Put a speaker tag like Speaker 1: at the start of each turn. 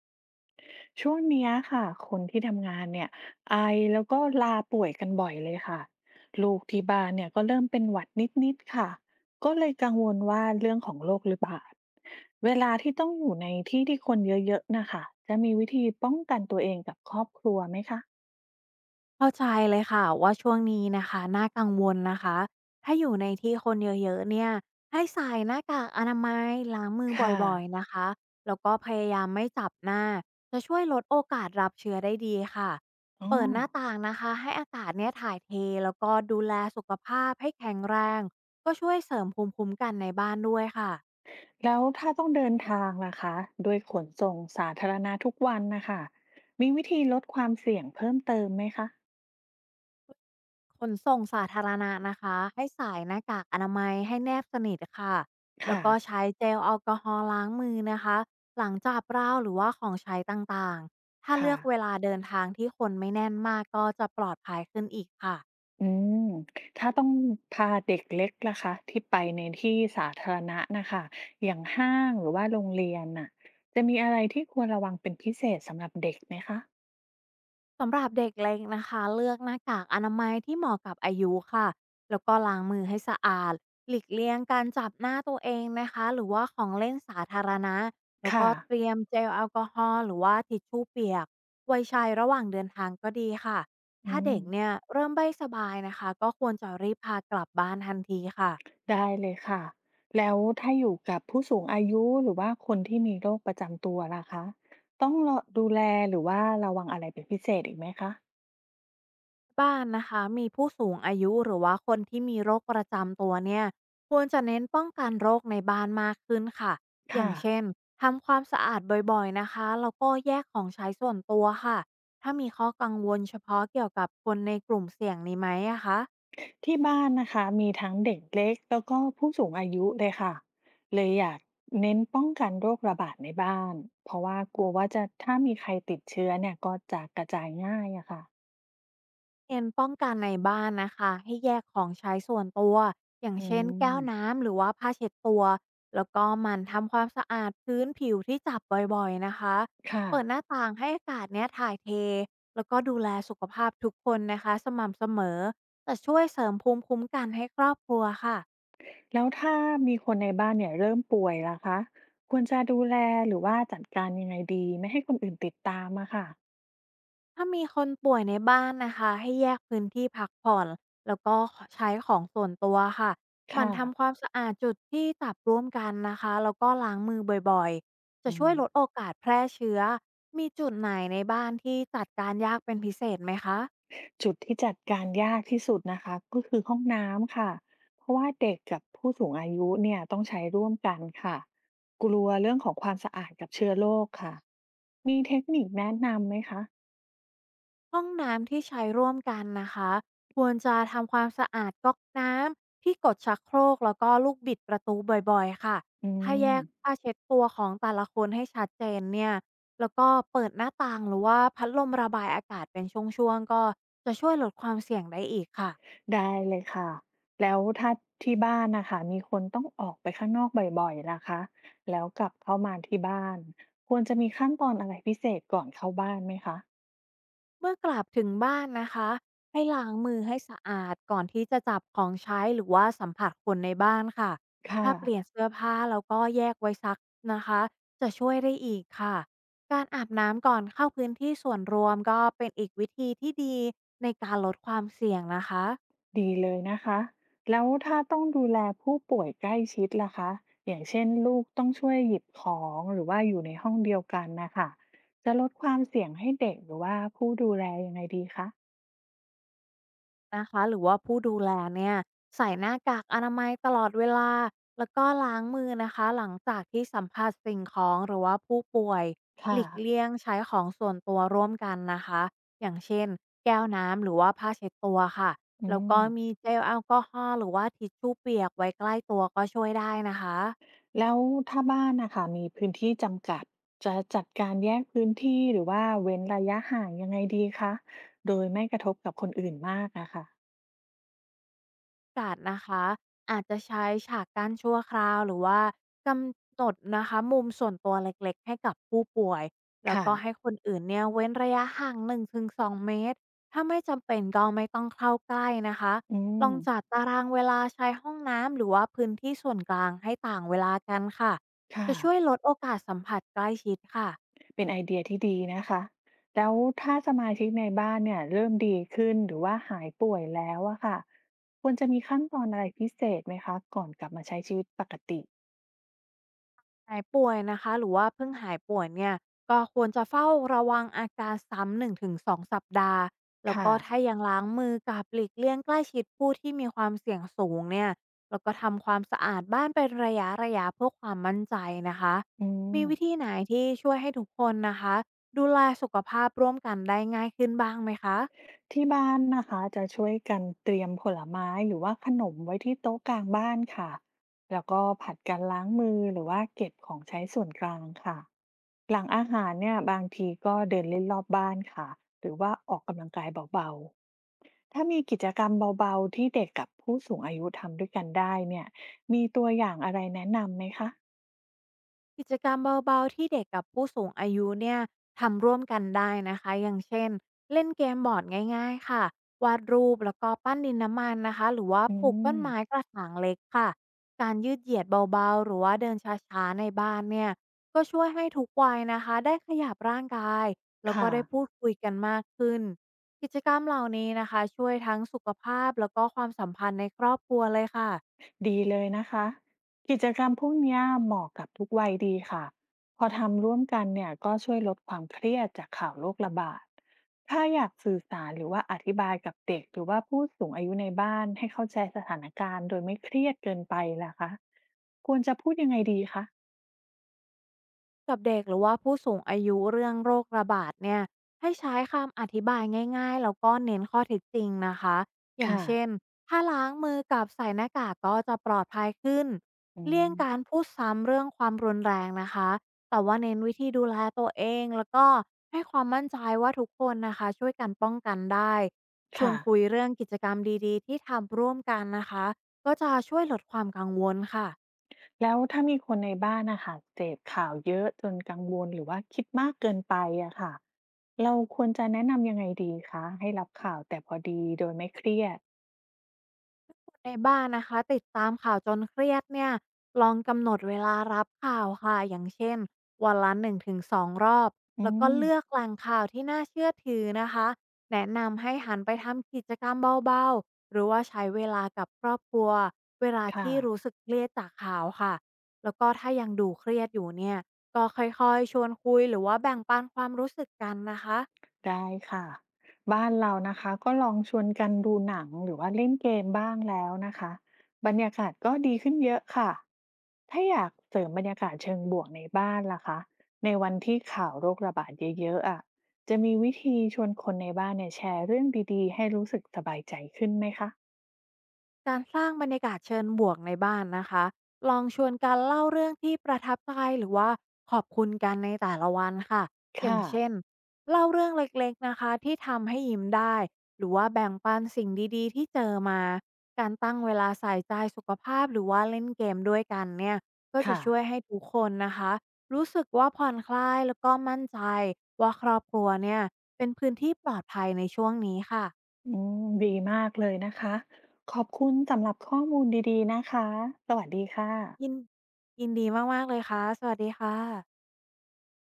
Speaker 1: ช่วงเนี้ยค่ะคนที่ทำงานเนี่ยไอแล้วก็ลาป่วยกันบ่อยเลยค่ะลูกที่บ้านเนี่ยก็เริ่มเป็นหวัดนิดๆค่ะก็เลยกังวลว่าเรื่องของโรคระบาดเวลาที่ต้องอยู่ในที่ที่คนเยอะๆนะคะจะมีวิธีป้องกันตัวเองกับครอบครัวไหมคะ
Speaker 2: เข้าใจเลยค่ะว่าช่วงนี้นะคะน่ากังวลนะคะถ้าอยู่ในที่คนเยอะๆเนี่ยให้ใส่หน้ากากอนามัยล้างมือ
Speaker 1: ค่ะ
Speaker 2: บ่อยๆนะคะแล้วก็พยายามไม่จับหน้าจะช่วยลดโอกาสรับเชื้อได้ดีค่ะ
Speaker 1: อ๋อ
Speaker 2: เปิดหน้าต่างนะคะให้อากาศเนี่ยถ่ายเทแล้วก็ดูแลสุขภาพให้แข็งแรงก็ช่วยเสริมภูมิคุ้มกันในบ้านด้วยค่ะ
Speaker 1: แล้วถ้าต้องเดินทางล่ะคะด้วยขนส่งสาธารณะทุกวันนะคะมีวิธีลดความเสี่ยงเพิ่มเติมไหมคะ
Speaker 2: ขนส่งสาธารณะนะคะให้ใส่หน้ากากอนามัยให้แนบสนิทค่ะแล้ว
Speaker 1: ค่ะ
Speaker 2: ก็ใช้เจลแอลกอฮอล์ล้างมือนะคะหลังจับราวหรือว่าของใช้ต่างๆถ้าเลื
Speaker 1: ค่ะ
Speaker 2: อกเวลาเดินทางที่คนไม่แน่นมากก็จะปลอดภัยขึ้นอีกค่ะ
Speaker 1: อืมถ้าต้องพาเด็กเล็กล่ะคะที่ไปในที่สาธารณะนะคะอย่างห้างหรือว่าโรงเรียนน่ะจะมีอะไรที่ควรระวังเป็นพิเศษสำหรับเด็กไหมคะ
Speaker 2: สำหรับเด็กเล็กนะคะเลือกหน้ากากอนามัยที่เหมาะกับอายุค่ะแล้วก็ล้างมือให้สะอาดหลีกเลี่ยงการจับหน้าตัวเองนะคะหรือว่าของเล่นสาธารณะแล้ว
Speaker 1: ค่ะ
Speaker 2: ก็เตรียมเจลแอลกอฮอล์หรือว่าทิชชู่เปียกไว้ใช้ระหว่างเดินทางก็ดีค่ะ
Speaker 1: อื
Speaker 2: ถ้า
Speaker 1: ม
Speaker 2: เด็กเนี่ยเริ่มไม่สบายนะคะก็ควรจะรีบพากลับบ้านทันทีค่ะ
Speaker 1: ได้เลยค่ะแล้วถ้าอยู่กับผู้สูงอายุหรือว่าคนที่มีโรคประจำตัวล่ะคะต้องดูแลหรือว่าระวังอะไรเป็นพิเศษอีกไหมคะ
Speaker 2: บ้านนะคะมีผู้สูงอายุหรือว่าคนที่มีโรคประจำตัวเนี่ยควรจะเน้นป้องกันโรคในบ้านมากขึ้นค่ะอย่า
Speaker 1: ค่ะ
Speaker 2: งเช่นทำความสะอาดบ่อยๆนะคะแล้วก็แยกของใช้ส่วนตัวค่ะถ้ามีข้อกังวลเฉพาะเกี่ยวกับคนในกลุ่มเสี่ยงนี้ไหมอะคะ
Speaker 1: ที่บ้านนะคะมีทั้งเด็กเล็กแล้วก็ผู้สูงอายุเลยค่ะเลยอยากเน้นป้องกันโรคระบาดในบ้านเพราะว่ากลัวว่าจะถ้ามีใครติดเชื้อเนี่ยก็จะกระจายง่ายอะค่ะ
Speaker 2: เน้นป้องกันในบ้านนะคะให้แยกของใช้ส่วนตัวอย่าง
Speaker 1: อื
Speaker 2: เช่นแก้ว
Speaker 1: ม
Speaker 2: น้ำหรือว่าผ้าเช็ดตัวแล้วก็หมันทำความสะอาดพื้นผิวที่จับบ่อยๆนะคะ
Speaker 1: ค่ะ
Speaker 2: เปิดหน้าต่างให้อากาศเนี้ยถ่ายเทแล้วก็ดูแลสุขภาพทุกคนนะคะสม่ำเสมอจะช่วยเสริมภูมิคุ้มกันให้ครอบครัวค่ะ
Speaker 1: แล้วถ้ามีคนในบ้านเนี่ยเริ่มป่วยล่ะคะควรจะดูแลหรือว่าจัดการยังไงดีไม่ให้คนอื่นติดตามอะค่ะ
Speaker 2: ถ้ามีคนป่วยในบ้านนะคะให้แยกพื้นที่พักผ่อนแล้วก็ใช้ของส่วนตัวค่ะหมั่น
Speaker 1: ค่ะ
Speaker 2: ทำความสะอาดจุดที่จับร่วมกันนะคะแล้วก็ล้างมือบ่อยๆจะ
Speaker 1: อื
Speaker 2: ช่วย
Speaker 1: ม
Speaker 2: ลดโอกาสแพร่เชื้อมีจุดไหนในบ้านที่จัดการยากเป็นพิเศษไหมคะ
Speaker 1: จุดที่จัดการยากที่สุดนะคะก็คือห้องน้ำค่ะเพราะว่าเด็กกับผู้สูงอายุเนี่ยต้องใช้ร่วมกันค่ะกลัวเรื่องของความสะอาดกับเชื้อโรคค่ะมีเทคนิคแนะนำไหมคะ
Speaker 2: ห้องน้ำที่ใช้ร่วมกันนะคะควรจะทำความสะอาดก๊อกน้ำที่กดชักโครกแล้วก็ลูกบิดประตูบ่อยๆค่ะ
Speaker 1: อื
Speaker 2: ถ้าแย
Speaker 1: ม
Speaker 2: กผ้าเช็ดตัวของแต่ละคนให้ชัดเจนเนี่ยแล้วก็เปิดหน้าต่างหรือว่าพัดลมระบายอากาศเป็นช่วงๆก็จะช่วยลดความเสี่ยงได้อีกค่ะ
Speaker 1: ได้เลยค่ะแล้วถ้าที่บ้านนะคะมีคนต้องออกไปข้างนอกบ่อยๆล่ะคะแล้วกลับเข้ามาที่บ้านควรจะมีขั้นตอนอะไรพิเศษก่อนเข้าบ้านไหมคะ
Speaker 2: เมื่อกลับถึงบ้านนะคะให้ล้างมือให้สะอาดก่อนที่จะจับของใช้หรือว่าสัมผัสคนในบ้านค่ะ
Speaker 1: ค่ะ
Speaker 2: ถ้าเปลี่ยนเสื้อผ้าแล้วก็แยกไว้ซักนะคะจะช่วยได้อีกค่ะการอาบน้ำก่อนเข้าพื้นที่ส่วนรวมก็เป็นอีกวิธีที่ดีในการลดความเสี่ยงนะคะ
Speaker 1: ดีเลยนะคะแล้วถ้าต้องดูแลผู้ป่วยใกล้ชิดล่ะคะอย่างเช่นลูกต้องช่วยหยิบของหรือว่าอยู่ในห้องเดียวกันนะคะจะลดความเสี่ยงให้เด็กหรือว่าผู้ดูแลยังไงดีคะ
Speaker 2: นะคะหรือว่าผู้ดูแลเนี่ยใส่หน้ากากอนามัยตลอดเวลาแล้วก็ล้างมือนะคะหลังจากที่สัมผัสสิ่งของหรือว่าผู้ป่วยห
Speaker 1: ค่ะ
Speaker 2: ลีกเลี่ยงใช้ของส่วนตัวร่วมกันนะคะอย่างเช่นแก้วน้ำหรือว่าผ้าเช็ดตัวค่ะ
Speaker 1: อื
Speaker 2: แล้ว
Speaker 1: ม
Speaker 2: ก็มีเจลแอลกอฮอล์หรือว่าทิชชู่เปียกไว้ใกล้ตัวก็ช่วยได้นะคะ
Speaker 1: แล้วถ้าบ้านนะคะมีพื้นที่จำกัดจะจัดการแยกพื้นที่หรือว่าเว้นระยะห่างยังไงดีคะโดยไม่กระทบกับคนอื่นมากอะค่ะ
Speaker 2: จัดนะคะอาจจะใช้ฉากกั้นชั่วคราวหรือว่ากำหนดนะคะมุมส่วนตัวเล็กๆให้กับผู้ป่วยแล้ว
Speaker 1: ค่ะ
Speaker 2: ก็ให้คนอื่นเนี่ยเว้นระยะห่าง1-2เมตรถ้าไม่จำเป็นก็ไม่ต้องเข้าใกล้นะคะ
Speaker 1: อื
Speaker 2: ล
Speaker 1: ม
Speaker 2: องจัดตารางเวลาใช้ห้องน้ำหรือว่าพื้นที่ส่วนกลางให้ต่างเวลากันค่ะ
Speaker 1: ค่ะ
Speaker 2: จะช่วยลดโอกาสสัมผัสใกล้ชิดค่ะ
Speaker 1: เป็นไอเดียที่ดีนะคะ แล้วถ้าสมาชิกในบ้านเนี่ยเริ่มดีขึ้นหรือว่าหายป่วยแล้วอะค่ะ ควรจะมีขั้นตอนอะไรพิเศษไหมคะก่อนกลับมาใช้ชีวิตปกติ
Speaker 2: หายป่วยนะคะหรือว่าเพิ่งหายป่วยเนี่ยก็ควรจะเฝ้าระวังอาการซ้ำ1-2สองสัปดาห์แล้ว
Speaker 1: ค่ะ
Speaker 2: ก็ถ้ายังล้างมือกับหลีกเลี่ยงใกล้ชิดผู้ที่มีความเสี่ยงสูงเนี่ยแล้วก็ทำความสะอาดบ้านเป็นระยะระยะเพื่อความมั่นใจนะคะ
Speaker 1: อืม
Speaker 2: มีวิธีไหนที่ช่วยให้ทุกคนนะคะดูแลสุขภาพร่วมกันได้ง่ายขึ้นบ้างไหมคะ
Speaker 1: ที่บ้านนะคะจะช่วยกันเตรียมผลไม้หรือว่าขนมไว้ที่โต๊ะกลางบ้านค่ะ แล้วก็ผัดกันล้างมือหรือว่าเก็บของใช้ส่วนกลางค่ะหลังอาหารเนี่ยบางทีก็เดินเล่นรอบบ้านค่ะหรือว่าออกกำลังกายเบาๆ ถ้ามีกิจกรรมเบาๆที่เด็กกับผู้สูงอายุทำด้วยกันได้เนี่ยมีตัวอย่างอะไรแนะนำไหมคะ
Speaker 2: กิจกรรมเบาๆที่เด็กกับผู้สูงอายุเนี่ยทำร่วมกันได้นะคะอย่างเช่นเล่นเกมบอร์ดง่ายๆค่ะวาดรูปแล้วก็ปั้นดินน้ำมันนะคะหรือว่า
Speaker 1: อื
Speaker 2: ปลูก
Speaker 1: ม
Speaker 2: ต้นไม้กระถางเล็กค่ะการยืดเหยียดเบาๆหรือว่าเดินช้าๆในบ้านเนี่ยก็ช่วยให้ทุกวัยนะคะได้ขยับร่างกายแล้วก็
Speaker 1: ค่ะ
Speaker 2: ได้พูดคุยกันมากขึ้นกิจกรรมเหล่านี้นะคะช่วยทั้งสุขภาพแล้วก็ความสัมพันธ์ในครอบครัวเลยค่ะ
Speaker 1: ดีเลยนะคะกิจกรรมพวกเนี้ยเหมาะกับทุกวัยดีค่ะพอทำร่วมกันเนี่ยก็ช่วยลดความเครียดจากข่าวโรคระบาดถ้าอยากสื่อสารหรือว่าอธิบายกับเด็กหรือว่าผู้สูงอายุในบ้านให้เข้าใจสถานการณ์โดยไม่เครียดเกินไปล่ะคะควรจะพูดยังไงดีคะ
Speaker 2: กับเด็กหรือว่าผู้สูงอายุเรื่องโรคระบาดเนี่ยให้ใช้คำอธิบายง่ายๆแล้วก็เน้นข้อเท็จจริงนะคะอย่าง
Speaker 1: ค่ะ
Speaker 2: เช่นถ้าล้างมือกับใส่หน้ากากก็จะปลอดภัยขึ้น
Speaker 1: อื
Speaker 2: เลี่ยง
Speaker 1: ม
Speaker 2: การพูดซ้ำเรื่องความรุนแรงนะคะแต่ว่าเน้นวิธีดูแลตัวเองแล้วก็ให้ความมั่นใจว่าทุกคนนะคะช่วยกันป้องกันได้ชวน
Speaker 1: ค่ะ
Speaker 2: คุยเรื่องกิจกรรมดีๆที่ทำร่วมกันนะคะก็จะช่วยลดความกังวลค่ะ
Speaker 1: แล้วถ้ามีคนในบ้านนะคะเสพข่าวเยอะจนกังวลหรือว่าคิดมากเกินไปอะค่ะเราควรจะแนะนำยังไงดีคะให้รับข่าวแต่พอดีโดยไม่เครียด
Speaker 2: คนในบ้านนะคะติดตามข่าวจนเครียดเนี่ยลองกำหนดเวลารับข่าวค่ะอย่างเช่นวันละ1-2รอบ
Speaker 1: อื
Speaker 2: แล้วก็
Speaker 1: ม
Speaker 2: เลือกแหล่งข่าวที่น่าเชื่อถือนะคะแนะนำให้หันไปทำกิจกรรมเบาๆหรือว่าใช้เวลากับครอบครัวเวลา
Speaker 1: ค่ะ
Speaker 2: ที่รู้สึกเครียดจากข่าวค่ะแล้วก็ถ้ายังดูเครียดอยู่เนี่ยก็ค่อยๆชวนคุยหรือว่าแบ่งปันความรู้สึกกันนะคะ
Speaker 1: ได้ค่ะบ้านเรานะคะก็ลองชวนกันดูหนังหรือว่าเล่นเกมบ้างแล้วนะคะบรรยากาศก็ดีขึ้นเยอะค่ะถ้าอยากเสริมบรรยากาศเชิงบวกในบ้านล่ะคะในวันที่ข่าวโรคระบาดเยอะๆอ่ะจะมีวิธีชวนคนในบ้านเนี่ยแชร์เรื่องดีๆให้รู้สึกสบายใจขึ้นไหมคะ
Speaker 2: การสร้างบรรยากาศเชิญบวกในบ้านนะคะลองชวนการเล่าเรื่องที่ประทับใจหรือว่าขอบคุณกันในแต่ละวันค่ะอย่าง
Speaker 1: ค่ะ
Speaker 2: เช่นเล่าเรื่องเล็กๆนะคะที่ทำให้ยิ้มได้ หรือว่าแบ่งปันสิ่งดีๆที่เจอมาการตั้งเวลาใส่ใจสุขภาพหรือว่าเล่นเกมด้วยกันเนี่ยก็จะ
Speaker 1: ค่ะ
Speaker 2: ช่วยให้ทุกคนนะคะรู้สึกว่าผ่อนคลายแล้วก็มั่นใจว่าครอบครัวเนี่ยเป็นพื้นที่ปลอดภัยในช่วงนี้ค่ะ
Speaker 1: อืมดีมากเลยนะคะขอบคุณสำหรับข้อมูลดีๆนะคะสวัสดีค่ะ
Speaker 2: ยินยินดีมากๆเลยค่ะ สวัสดีค่ะ